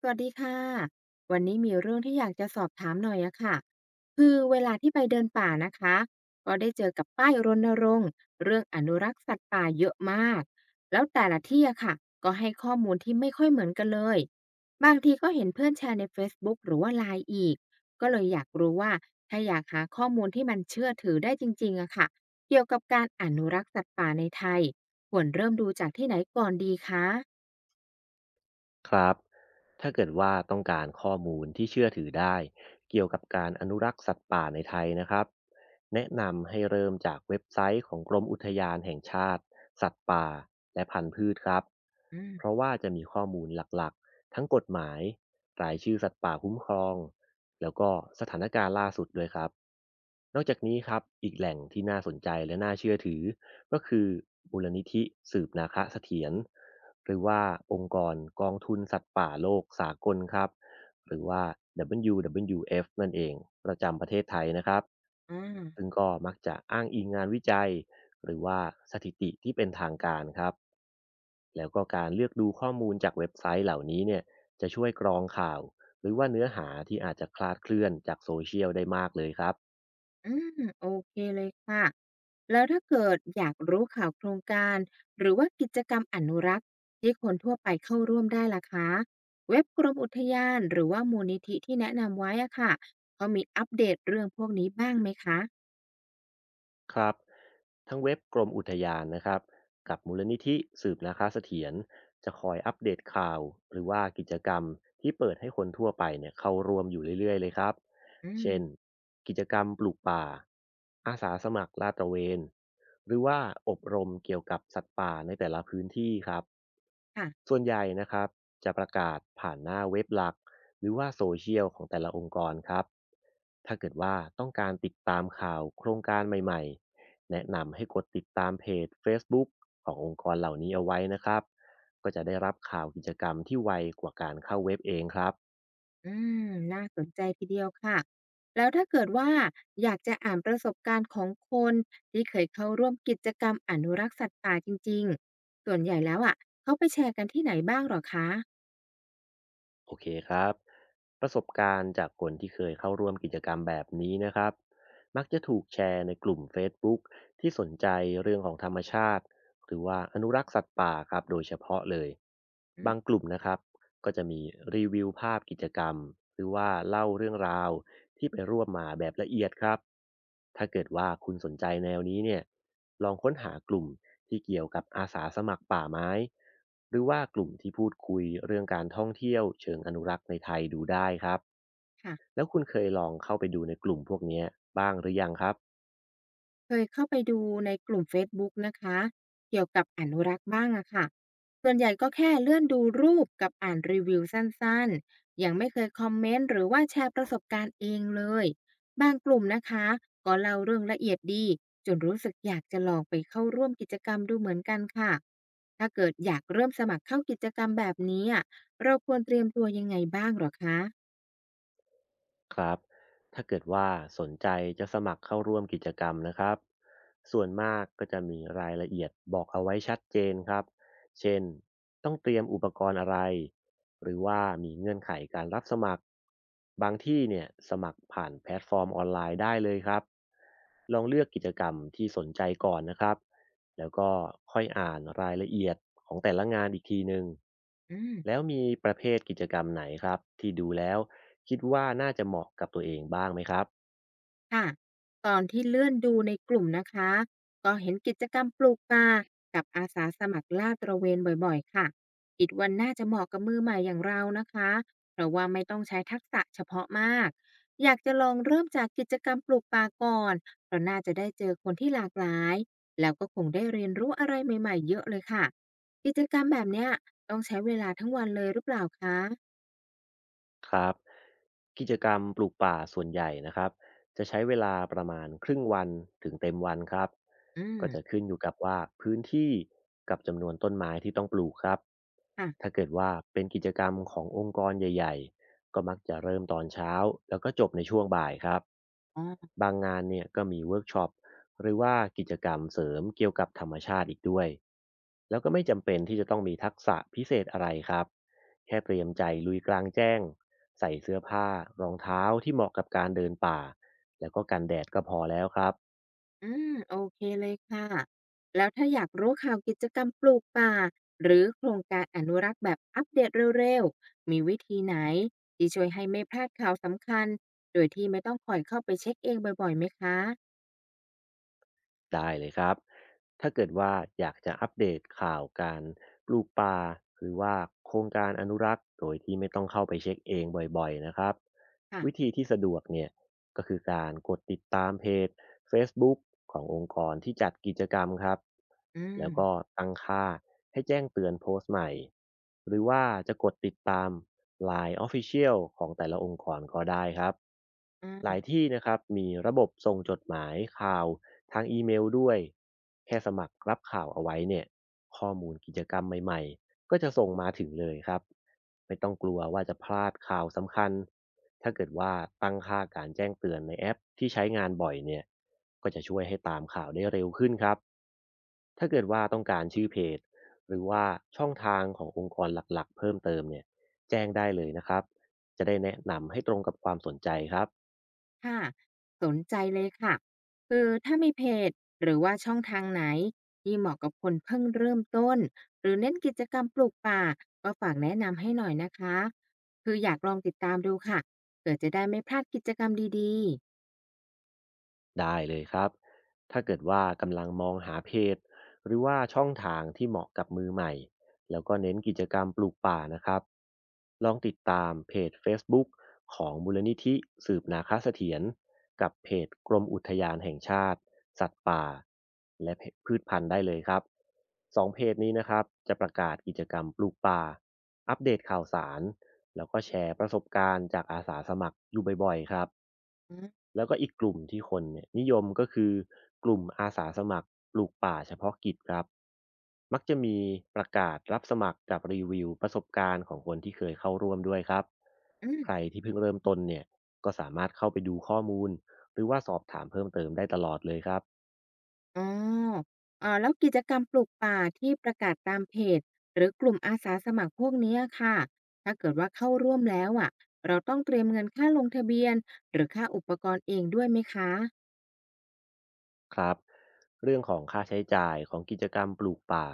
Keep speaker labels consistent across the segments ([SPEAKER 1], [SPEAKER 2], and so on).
[SPEAKER 1] สวัสดีค่ะวันนี้มีเรื่องที่อยากจะสอบถามหน่อยอะค่ะคือเวลาที่ไปเดินป่านะคะก็ได้เจอกับป้ายรณรงค์เรื่องอนุรักษ์สัตว์ป่าเยอะมากแล้วแต่ละที่อะค่ะก็ให้ข้อมูลที่ไม่ค่อยเหมือนกันเลยบางทีก็เห็นเพื่อนแชร์ในเฟซบุ๊กหรือว่าไ i น์อีกก็เลยอยากรู้ว่าถ้าอยากหาข้อมูลที่มันเชื่อถือได้จริงๆอะค่ะเกี่ยวกับการอนุรักษ์สัตว์ป่าในไทยควรเริ่มดูจากที่ไหนก่อนดีคะ
[SPEAKER 2] ครับ ถ้าเกิดว่าต้องการข้อมูลที่เชื่อถือได้เกี่ยวกับการอนุรักษ์สัตว์ป่าในไทยนะครับ แนะนำให้เริ่มจากเว็บไซต์ของกรมอุทยานแห่งชาติสัตว์ป่าและพันธุ์พืชครับ
[SPEAKER 1] อื
[SPEAKER 2] เพราะ
[SPEAKER 1] ม
[SPEAKER 2] ว่าจะมีข้อมูลหลักๆทั้งกฎหมายรายชื่อสัตว์ป่าคุ้มครองแล้วก็สถานการณ์ล่าสุดด้วยครับ นอกจากนี้ครับอีกแหล่งที่น่าสนใจและน่าเชื่อถือก็คือมูลนิธิสืบนาคะเสถียร หรือว่าองค์กรกองทุนสัตว์ป่าโลกสากลครับหรือว่า WWF นั่นเองประจำประเทศไทยนะครับ
[SPEAKER 1] อ่า
[SPEAKER 2] ซึ่งก็มักจะอ้างอิงงานวิจัยหรือว่าสถิติที่เป็นทางการครับแล้วก็การเลือกดูข้อมูลจากเว็บไซต์เหล่านี้เนี่ยจะช่วยกรองข่าวหรือว่าเนื้อหาที่อาจจะคลาดเคลื่อนจากโซเชียลได้มากเลยครับ
[SPEAKER 1] อมโอเคเลยค่ะแล้วถ้าเกิดอยากรู้ข่าวโครงการหรือว่ากิจกรรมอนุรักษ์ที่คนทั่วไปเข้าร่วมได้ล่ะคะเว็บกรมอุทยานหรือว่ามูลนิธิที่แนะนำไว้อะค่ะเขามีอัปเดตเรื่องพวกนี้บ้างไหมคะ
[SPEAKER 2] ครับทั้งเว็บกรมอุทยานนะครับกับมูลนิธิสืบนาคาเสถียรจะคอยอัปเดตข่าวหรือว่ากิจกรรมที่เปิดให้คนทั่วไปเนี่ยเข้าร่วมอยู่เรื่อยๆเลยครับ
[SPEAKER 1] อืม
[SPEAKER 2] เช่นกิจกรรมปลูกป่าอาสาสมัครลาดตระเวนหรือว่าอบรมเกี่ยวกับสัตว์ป่าในแต่ละพื้นที่ครับ
[SPEAKER 1] ค่ะ
[SPEAKER 2] ส่วนใหญ่นะครับจะประกาศผ่านหน้าเว็บหลักหรือว่าโซเชียลของแต่ละองค์กรครับถ้าเกิดว่าต้องการติดตามข่าวโครงการใหม่ๆแนะนำให้กดติดตามเพจ Facebook ขององค์กรเหล่านี้เอาไว้นะครับก็จะได้รับข่าวกิจกรรมที่ไวกว่าการเข้าเว็บเองครับ
[SPEAKER 1] อืมน่าสนใจทีเดียวค่ะแล้วถ้าเกิดว่าอยากจะอ่านประสบการณ์ของคนที่เคยเข้าร่วมกิจกรรมอนุรักษ์สัตว์ป่าจริงๆส่วนใหญ่แล้วอะเขาไปแชร์กันที่ไหนบ้างหรอคะ
[SPEAKER 2] โอเคครับประสบการณ์จากคนที่เคยเข้าร่วมกิจกรรมแบบนี้นะครับมักจะถูกแชร์ในกลุ่ม Facebook ที่สนใจเรื่องของธรรมชาติหรือว่าอนุรักษ์สัตว์ป่าครับโดยเฉพาะเลยบางกลุ่มนะครับก็จะมีรีวิวภาพกิจกรรมหรือว่าเล่าเรื่องราวที่ไปร่วมมาแบบละเอียดครับถ้าเกิดว่าคุณสนใจแนวนี้เนี่ยลองค้นหากลุ่ม ที่เกี่ยวกับอาสาสมัครป่าไม้หรือว่ากลุ่มที่พูดคุยเรื่องการท่องเที่ยวเชิงอนุรักษ์ในไทยดูได้ครับ
[SPEAKER 1] ค่ะ
[SPEAKER 2] แล้วคุณเคยลองเข้าไปดูในกลุ่มพวกเนี้ยบ้างหรือยังครับ
[SPEAKER 1] เคยเข้าไปดูในกลุ่มเฟซบุ๊กนะคะเกี่ยวกับอนุรักษ์บ้างอะค่ะส่วนใหญ่ก็แค่เลื่อนดูรูปกับอ่านรีวิวสั้นๆยังไม่เคยคอมเมนต์หรือว่าแชร์ประสบการณ์เองเลยบางกลุ่มนะคะก็เล่าเรื่องละเอียดดีจนรู้สึกอยากจะลองไปเข้าร่วมกิจกรรมดูเหมือนกันค่ะถ้าเกิดอยากเริ่มสมัครเข้ากิจกรรมแบบนี้อะเราควรเตรียมตัวยังไงบ้างเหรอคะ
[SPEAKER 2] ครับถ้าเกิดว่าสนใจจะสมัครเข้าร่วมกิจกรรมนะครับส่วนมากก็จะมีรายละเอียดบอกเอาไว้ชัดเจนครับเช่นต้องเตรียมอุปกรณ์อะไรหรือว่ามีเงื่อนไขการรับสมัครบางที่เนี่ยสมัครผ่านแพลตฟอร์มออนไลน์ได้เลยครับ ลองเลือกกิจกรรมที่สนใจก่อนนะครับ แล้วก็ค่อยอ่านรายละเอียดของแต่ละงานอีกทีหนึ่ง
[SPEAKER 1] อืม
[SPEAKER 2] แล้วมีประเภทกิจกรรมไหนครับที่ดูแล้วคิดว่าน่าจะเหมาะกับตัวเองบ้างไหมครับ
[SPEAKER 1] ค่ะตอนที่เลื่อนดูในกลุ่มนะคะก็เห็นกิจกรรมปลูกป่ากับอาสาสมัครลาดตระเวนบ่อยๆค่ะคิดว่าน่าจะเหมาะกับมือใหม่อย่างเรานะคะเพราะว่าไม่ต้องใช้ทักษะเฉพาะมากอยากจะลองเริ่มจากกิจกรรมปลูกป่าก่อนเพราะน่าจะได้เจอคนที่หลากหลายแล้วก็คงได้เรียนรู้อะไรใหม่ๆเยอะเลยค่ะกิจกรรมแบบเนี้ยต้องใช้เวลาทั้งวันเลยหรือเปล่าคะ
[SPEAKER 2] ครับกิจกรรมปลูกป่าส่วนใหญ่นะครับจะใช้เวลาประมาณครึ่งวันถึงเต็มวันครับ
[SPEAKER 1] อืม
[SPEAKER 2] ก็จะขึ้นอยู่กับว่าพื้นที่กับจำนวนต้นไม้ที่ต้องปลูกครับถ้า
[SPEAKER 1] ค่ะ
[SPEAKER 2] เกิดว่าเป็นกิจกรรมขององค์กรใหญ่ๆก็มักจะเริ่มตอนเช้าแล้วก็จบในช่วงบ่ายครับ
[SPEAKER 1] อ๋อ
[SPEAKER 2] บางงานเนี่ยก็มีเวิร์กช็อปหรือว่ากิจกรรมเสริมเกี่ยวกับธรรมชาติอีกด้วยแล้วก็ไม่จำเป็นที่จะต้องมีทักษะพิเศษอะไรครับแค่เตรียมใจลุยกลางแจ้ง ใส่เสื้อผ้ารองเท้าที่เหมาะกับการเดินป่าแล้วก็กันแดดก็พอแล้วครับ
[SPEAKER 1] อืมโอเคเลยค่ะแล้วถ้าอยากรู้ข่าวกิจกรรมปลูกป่าหรือโครงการอนุรักษ์แบบอัปเดตเร็วๆมีวิธีไหนที่ช่วยให้ไม่พลาดข่าวสำคัญโดยที่ไม่ต้องคอยเข้าไปเช็คเองบ่อยๆไหมคะ
[SPEAKER 2] ได้เลยครับ ถ้าเกิดว่าอยากจะอัปเดตข่าวการปลูกป่าหรือว่าโครงการอนุรักษ์โดยที่ไม่ต้องเข้าไปเช็คเองบ่อยๆนะครับวิ
[SPEAKER 1] ค่ะ
[SPEAKER 2] ธีที่สะดวกเนี่ยก็คือการกดติดตามเพจ Facebook ขององค์กรที่จัดกิจกรรมครับ
[SPEAKER 1] อืม
[SPEAKER 2] แล้วก็ตั้งค่าให้แจ้งเตือนโพสต์ใหม่หรือว่าจะกดติดตาม Line Official ของแต่ละองค์กรก็ได้ครับ
[SPEAKER 1] อ
[SPEAKER 2] หลาย
[SPEAKER 1] ม
[SPEAKER 2] ที่นะครับมีระบบส่งจดหมายข่าว ทางอีเมลด้วยแค่สมัครรับข่าวเอาไว้เนี่ยข้อมูลกิจกรรมใหม่ๆก็จะส่งมาถึงเลยครับไม่ต้องกลัวว่าจะพลาดข่าวสำคัญถ้าเกิดว่าตั้งค่าการแจ้งเตือนในแอปที่ใช้งานบ่อยเนี่ยก็จะช่วยให้ตามข่าวได้เร็วขึ้นครับถ้าเกิดว่าต้องการชื่อเพจหรือว่าช่องทางขององค์กรหลักๆเพิ่มเติมเนี่ยแจ้งได้เลยนะครับจะได้แนะนำให้ตรงกับความสนใจครับ
[SPEAKER 1] ค่ะสนใจเลยค่ะคือถ้ามีเพจหรือว่าช่องทางไหนที่เหมาะกับคนเพิ่งเริ่มต้นหรือเน้นกิจกรรมปลูกป่าก็ฝากแนะนำให้หน่อยนะคะคืออยากลองติดตามดูค่ะเผื่อจะได้ไม่พลาดกิจกรรมดีๆ
[SPEAKER 2] ได้เลยครับ ถ้าเกิดว่ากำลังมองหาเพจหรือว่าช่องทางที่เหมาะกับมือใหม่ แล้วก็เน้นกิจกรรมปลูกป่านะครับ ลองติดตามเพจ Facebook ของมูลนิธิสืบนาคเสถียรกับเพจกรมอุทยานแห่งชาติสัตว์ป่าและพืชพันธุ์ได้เลยครับสองเพจนี้นะครับจะประกาศกิจกรรมปลูกป่าอัปเดตข่าวสารแล้วก็แชร์ประสบการณ์จากอาสาสมัครอยู่บ่อยๆครับ
[SPEAKER 1] อืม
[SPEAKER 2] แล้วก็อีกกลุ่มที่คนเนี่ยนิยมก็คือกลุ่มอาสาสมัครปลูกป่าเฉพาะกิจครับมักจะมีประกาศรับสมัครกับรีวิวประสบการณ์ของคนที่เคยเข้าร่วมด้วยครับ
[SPEAKER 1] อ
[SPEAKER 2] ใคร
[SPEAKER 1] ม
[SPEAKER 2] ที่เพิ่งเริ่มต้นเนี่ยก็สามารถเข้าไปดูข้อมูลหรือว่าสอบถามเพิ่มเติมได้ตลอดเลยครับ
[SPEAKER 1] อ๋อแล้วกิจกรรมปลูกป่าที่ประกาศตามเพจหรือกลุ่มอาสาสมัครพวกเนี้ยค่ะถ้าเกิดว่าเข้าร่วมแล้วอ่ะเราต้องเตรียมเงินค่าลงทะเบียนหรือค่าอุปกรณ์เองด้วยไหมคะ
[SPEAKER 2] ครับเรื่องของค่าใช้จ่ายของกิจกรรมปลูกป่า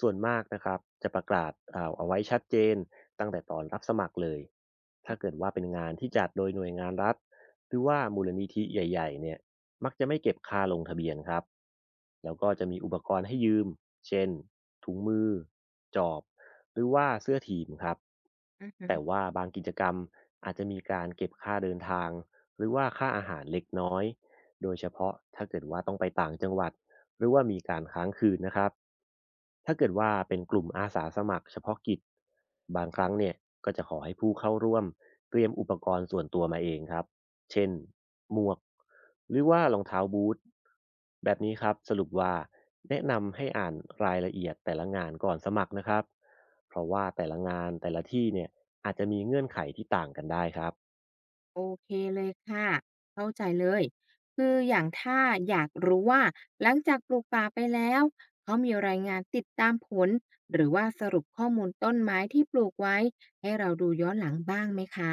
[SPEAKER 2] ส่วนมากนะครับจะประกาศเอาไว้ชัดเจนตั้งแต่ตอนรับสมัครเลยถ้าเกิดว่าเป็นงานที่จัดโดยหน่วยงานรัฐหรือว่ามูลนิธิใหญ่ๆเนี่ยมักจะไม่เก็บค่าลงทะเบียนครับแล้วก็จะมีอุปกรณ์ให้ยืมเช่นถุงมือจอบหรือว่าเสื้อทีมครับ
[SPEAKER 1] อือฮึ
[SPEAKER 2] แต่ว่าบางกิจกรรมอาจจะมีการเก็บค่าเดินทางหรือว่าค่าอาหารเล็กน้อย โดยเฉพาะถ้าเกิดว่าต้องไปต่างจังหวัดหรือว่ามีการค้างคืนนะครับถ้าเกิดว่าเป็นกลุ่มอาสาสมัครเฉพาะกิจบางครั้งเนี่ยก็จะขอให้ผู้เข้าร่วมเตรียมอุปกรณ์ส่วนตัวมาเองครับเช่นหมวกหรือว่ารองเท้าบูทแบบนี้ครับสรุปว่าแนะนำให้อ่านรายละเอียดแต่ละงานก่อนสมัครนะครับเพราะว่าแต่ละงานแต่ละที่เนี่ยอาจจะมีเงื่อนไขที่ต่างกันได้ครับ
[SPEAKER 1] โอเคเลยค่ะเข้าใจเลยคืออย่างถ้าอยากรู้ว่าหลังจากปลูกป่าไปแล้วเขามีรายงานติดตามผลหรือว่าสรุปข้อมูลต้นไม้ที่ปลูกไว้ให้เราดูย้อนหลังบ้างไหมคะ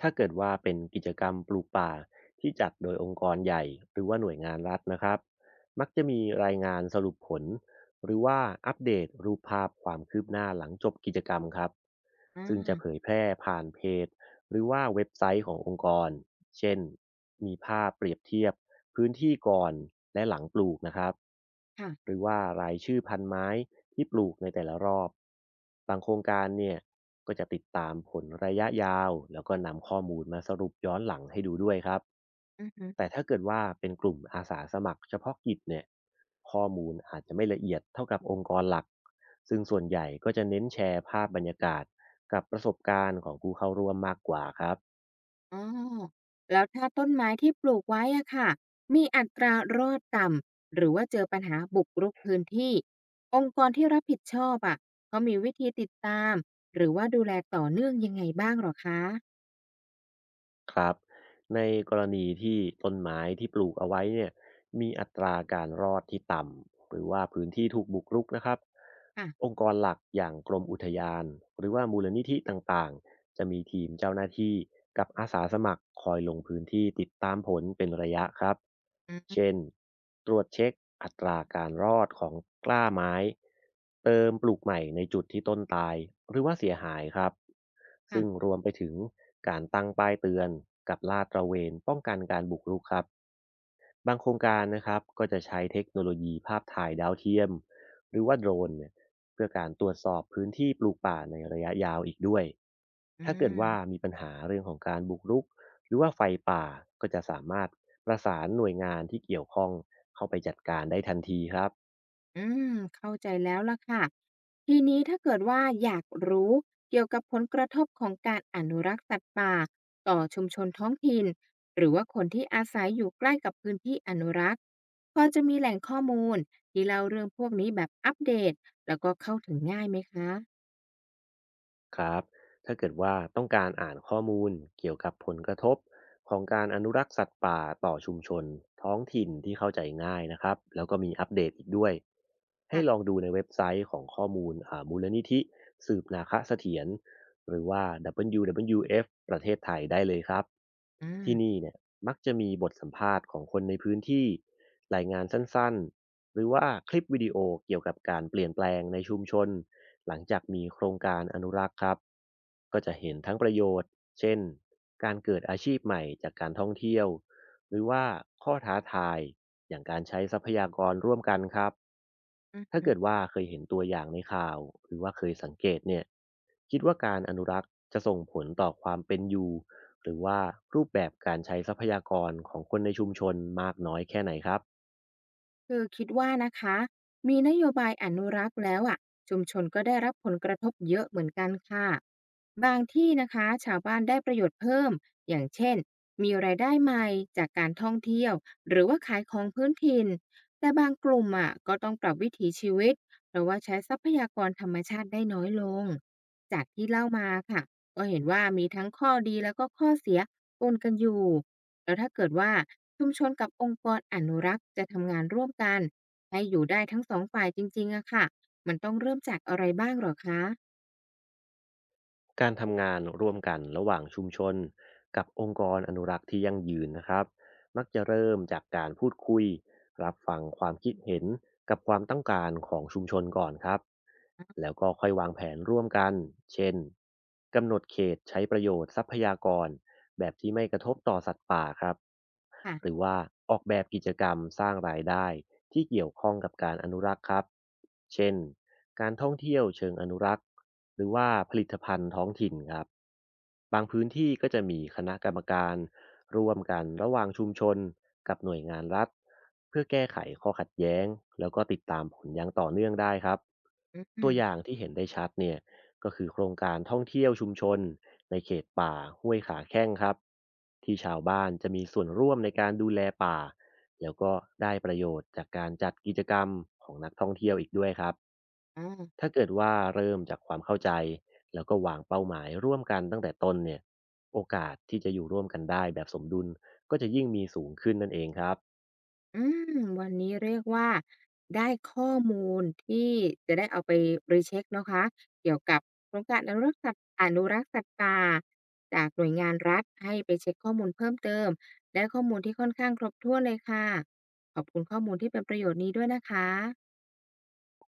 [SPEAKER 2] ถ้าเกิดว่าเป็นกิจกรรมปลูกป่าที่จัดโดยองค์กรใหญ่หรือว่าหน่วยงานรัฐนะครับมักจะมีรายงานสรุปผลหรือว่าอัปเดตรูปภาพความคืบหน้าหลังจบกิจกรรมครับ
[SPEAKER 1] อ
[SPEAKER 2] ซึ่งจะเผ
[SPEAKER 1] า
[SPEAKER 2] ยแพร่ผ่านเพจ หรือว่าเว็บไซต์ขององค์กร เช่น มีภาพเปรียบเทียบพื้นที่ก่อนและหลังปลูกนะครับ ห
[SPEAKER 1] ค่ะ
[SPEAKER 2] รือว่ารายชื่อพันไม้ที่ปลูกในแต่ละรอบ บางโครงการเนี่ยก็จะติดตามผลระยะยาวแล้วก็นำข้อมูลมาสรุปย้อนหลังให้ดูด้วยครับ
[SPEAKER 1] อือฮึ
[SPEAKER 2] แต่ถ้าเกิดว่าเป็นกลุ่มอาสาสมัครเฉพาะกิจเนี่ยข้อมูลอาจจะไม่ละเอียดเท่ากับองค์กรหลักซึ่งส่วนใหญ่ก็จะเน้นแชร์ภาพบรรยากาศกับประสบการณ์ของผู้เข้าร่วมมากกว่าครับ
[SPEAKER 1] อ๋อแล้วถ้าต้นไม้ที่ปลูกไว้อะค่ะมีอัตรารอดต่ำหรือว่าเจอปัญหาบุกรุกพื้นที่องค์กรที่รับผิดชอบอะเขามีวิธีติดตามหรือว่าดูแลต่อเนื่องยังไงบ้างหรอคะ
[SPEAKER 2] ครับในกรณีที่ต้นไม้ที่ปลูกเอาไว้เนี่ยมีอัตราการรอดที่ต่ำหรือว่าพื้นที่ถูกบุกรุกนะครับอง
[SPEAKER 1] ค่ะ
[SPEAKER 2] ค์กรหลักอย่างกรมอุทยานหรือว่ามูลนิธิต่างๆ จะมีทีมเจ้าหน้าที่กับอาสาสมัครคอยลงพื้นที่ติดตามผลเป็นระยะครับ
[SPEAKER 1] อื
[SPEAKER 2] เช่น
[SPEAKER 1] อ
[SPEAKER 2] ตรวจเช็คอัตราการรอดของกล้าไม้ เติมปลูกใหม่ในจุดที่ต้นตายหรือว่าเสียหายครับ
[SPEAKER 1] ค่ะ
[SPEAKER 2] ซึ่งรวมไปถึงการตั้งป้ายเตือนกับลาดตระเวนป้องกันการบุกรุกครับ บางโครงการนะครับก็จะใช้เทคโนโลยีภาพถ่ายดาวเทียม หรือว่าโดรนเนี่ยเพื่อการตรวจสอบพื้นที่ปลูกป่าในระยะยาวอีกด้วย
[SPEAKER 1] อื
[SPEAKER 2] ถ้าเกิดว่า
[SPEAKER 1] ม
[SPEAKER 2] มีปัญหาเรื่องของการบุกรุกหรือว่าไฟป่าก็จะสามารถประสานหน่วยงานที่เกี่ยวข้องเข้าไปจัดการได้ทันทีครับ
[SPEAKER 1] อืเข้าใจแล้วล่ะค่ะทีนี้ถ้าเกิดว่าอยากรู้เกี่ยวกับผลกระทบของการอนุรักษ์สัตว์ป่าต่อชุมชนท้องถิ่นหรือว่าคนที่อาศัยอยู่ใกล้กับพื้นที่อนุรักษ์พอจะมีแหล่งข้อมูลที่เล่าเรื่องพวกนี้แบบอัปเดตแล้วก็เข้าถึงง่ายไหมคะ
[SPEAKER 2] ครับถ้าเกิดว่าต้องการอ่านข้อมูลเกี่ยวกับผลกระทบของการอนุรักษ์สัตว์ป่าต่อชุมชนท้องถิ่นที่เข้าใจง่ายนะครับแล้วก็มีอัปเดตอีกด้วยให้
[SPEAKER 1] ค่ะ
[SPEAKER 2] ลองดูในเว็บไซต์ของข้อมูลมูลนิธิสืบนาคเสถียรหรือว่า WWF ประเทศไทยได้เลยครับ
[SPEAKER 1] อา
[SPEAKER 2] ที่นี่เนี่ยมักจะมีบทสัมภาษณ์ของคนในพื้นที่รายงานสั้นๆหรือว่าคลิปวิดีโอเกี่ยวกับการเปลี่ยนแปลงในชุมชน หลังจากมีโครงการอนุรักษ์ครับก็จะเห็นทั้งประโยชน์เช่นการเกิดอาชีพใหม่จากการท่องเที่ยวหรือว่าข้อท้าทายอย่างการใช้ทรัพยากรร่วมกันครับ
[SPEAKER 1] อื
[SPEAKER 2] ถ้า
[SPEAKER 1] ม
[SPEAKER 2] เกิดว่าเคยเห็นตัวอย่างในข่าวหรือว่าเคยสังเกตเนี่ยคิดว่าการอนุรักษ์จะส่งผลต่อความเป็นอยู่หรือว่ารูปแบบการใช้ทรัพยากรของคนในชุมชนมากน้อยแค่ไหนครับ
[SPEAKER 1] คือคิดว่านะคะมีนโยบายอนุรักษ์แล้วอ่ะชุมชนก็ได้รับผลกระทบเยอะเหมือนกันค่ะบางที่นะคะชาวบ้านได้ประโยชน์เพิ่มอย่างเช่นมีรายได้ใหม่จากการท่องเที่ยวหรือว่าขายของพื้นถิ่นแต่บางกลุ่มอ่ะก็ต้องปรับวิถีชีวิตเพราะว่าใช้ทรัพยากรธรรมชาติได้น้อยลงจากที่เล่ามาค่ะก็เห็นว่ามีทั้งข้อดีแล้วก็ข้อเสียปนกันอยู่ แล้วถ้าเกิดว่าชุมชนกับองค์กรอนุรักษ์จะทำงานร่วมกันให้อยู่ได้ทั้งสองฝ่ายจริงๆอะค่ะมันต้องเริ่มจากอะไรบ้างเหรอคะ
[SPEAKER 2] การทำงานร่วมกันระหว่างชุมชนกับองค์กรอนุรักษ์ที่ยั่งยืนนะครับมักจะเริ่มจากการพูดคุยรับฟังความคิดเห็นกับความต้องการของชุมชนก่อนครับแล้วก็ค่อยวางแผนร่วมกันเช่นกำหนดเขตใช้ประโยชน์ทรัพยากร แบบที่ไม่กระทบต่อสัตว์ป่าครับ
[SPEAKER 1] ค่ะ
[SPEAKER 2] หรือว่าออกแบบกิจกรรมสร้างรายได้ที่เกี่ยวข้องกับการอนุรักษ์ครับเช่นการท่องเที่ยวเชิงอนุรักษ์หรือว่าผลิตภัณฑ์ท้องถิ่นครับบางพื้นที่ก็จะมีคณะกรรมการร่วมกันระหว่างชุมชนกับหน่วยงานรัฐเพื่อแก้ไขข้อขัดแย้งแล้วก็ติดตามผลอย่างต่อเนื่องได้ครับ
[SPEAKER 1] อื
[SPEAKER 2] ตัวอย่า
[SPEAKER 1] ม
[SPEAKER 2] งที่เห็นได้ชัดเนี่ยก็คือโครงการท่องเที่ยวชุมชน ในเขตป่าห้วยขาแข้งครับที่ชาวบ้านจะมีส่วนร่วมในการดูแลป่าแล้วก็ได้ประโยชน์จากการจัดกิจกรรมของนักท่องเที่ยวอีกด้วยครับ
[SPEAKER 1] ออ
[SPEAKER 2] ถ้าเกิดว่าเริ่มจากความเข้าใจแล้วก็วางเป้าหมายร่วมกันตั้งแต่ต้นเนี่ยโอกาสที่จะอยู่ร่วมกันได้แบบสมดุลก็จะยิ่งมีสูงขึ้นนั่นเองครับ
[SPEAKER 1] อืวันนี้เรียกว่าได้ข้อมูลที่จะได้เอาไปรีเช็กนอะคะเกี่ยวกับโครงการอนุรักษ์สัตว์อนุรักษ์สัตว์ป่าจากหน่วยงานรัฐให้ไปเช็คข้อมูลเพิ่มเติมได้ข้อมูลที่ค่อนข้างครบถ้วนเลยค่ะขอบคุณข้อมูลที่เป็นประโยชน์นี้ด้วยนะคะ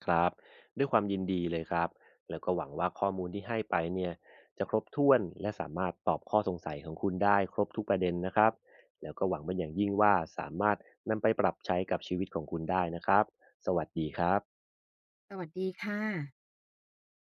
[SPEAKER 2] ครับด้วยความยินดีเลยครับแล้วก็หวังว่าข้อมูลที่ให้ไปเนี่ยจะครบถ้วนและสามารถตอบข้อสงสัยของคุณได้ครบทุกประเด็นนะครับแล้วก็หวังเป็นอย่างยิ่งว่าสามารถนำไปปรับใช้กับชีวิตของคุณได้นะครับสวัสดีครับ
[SPEAKER 1] สวัสดีค่ะ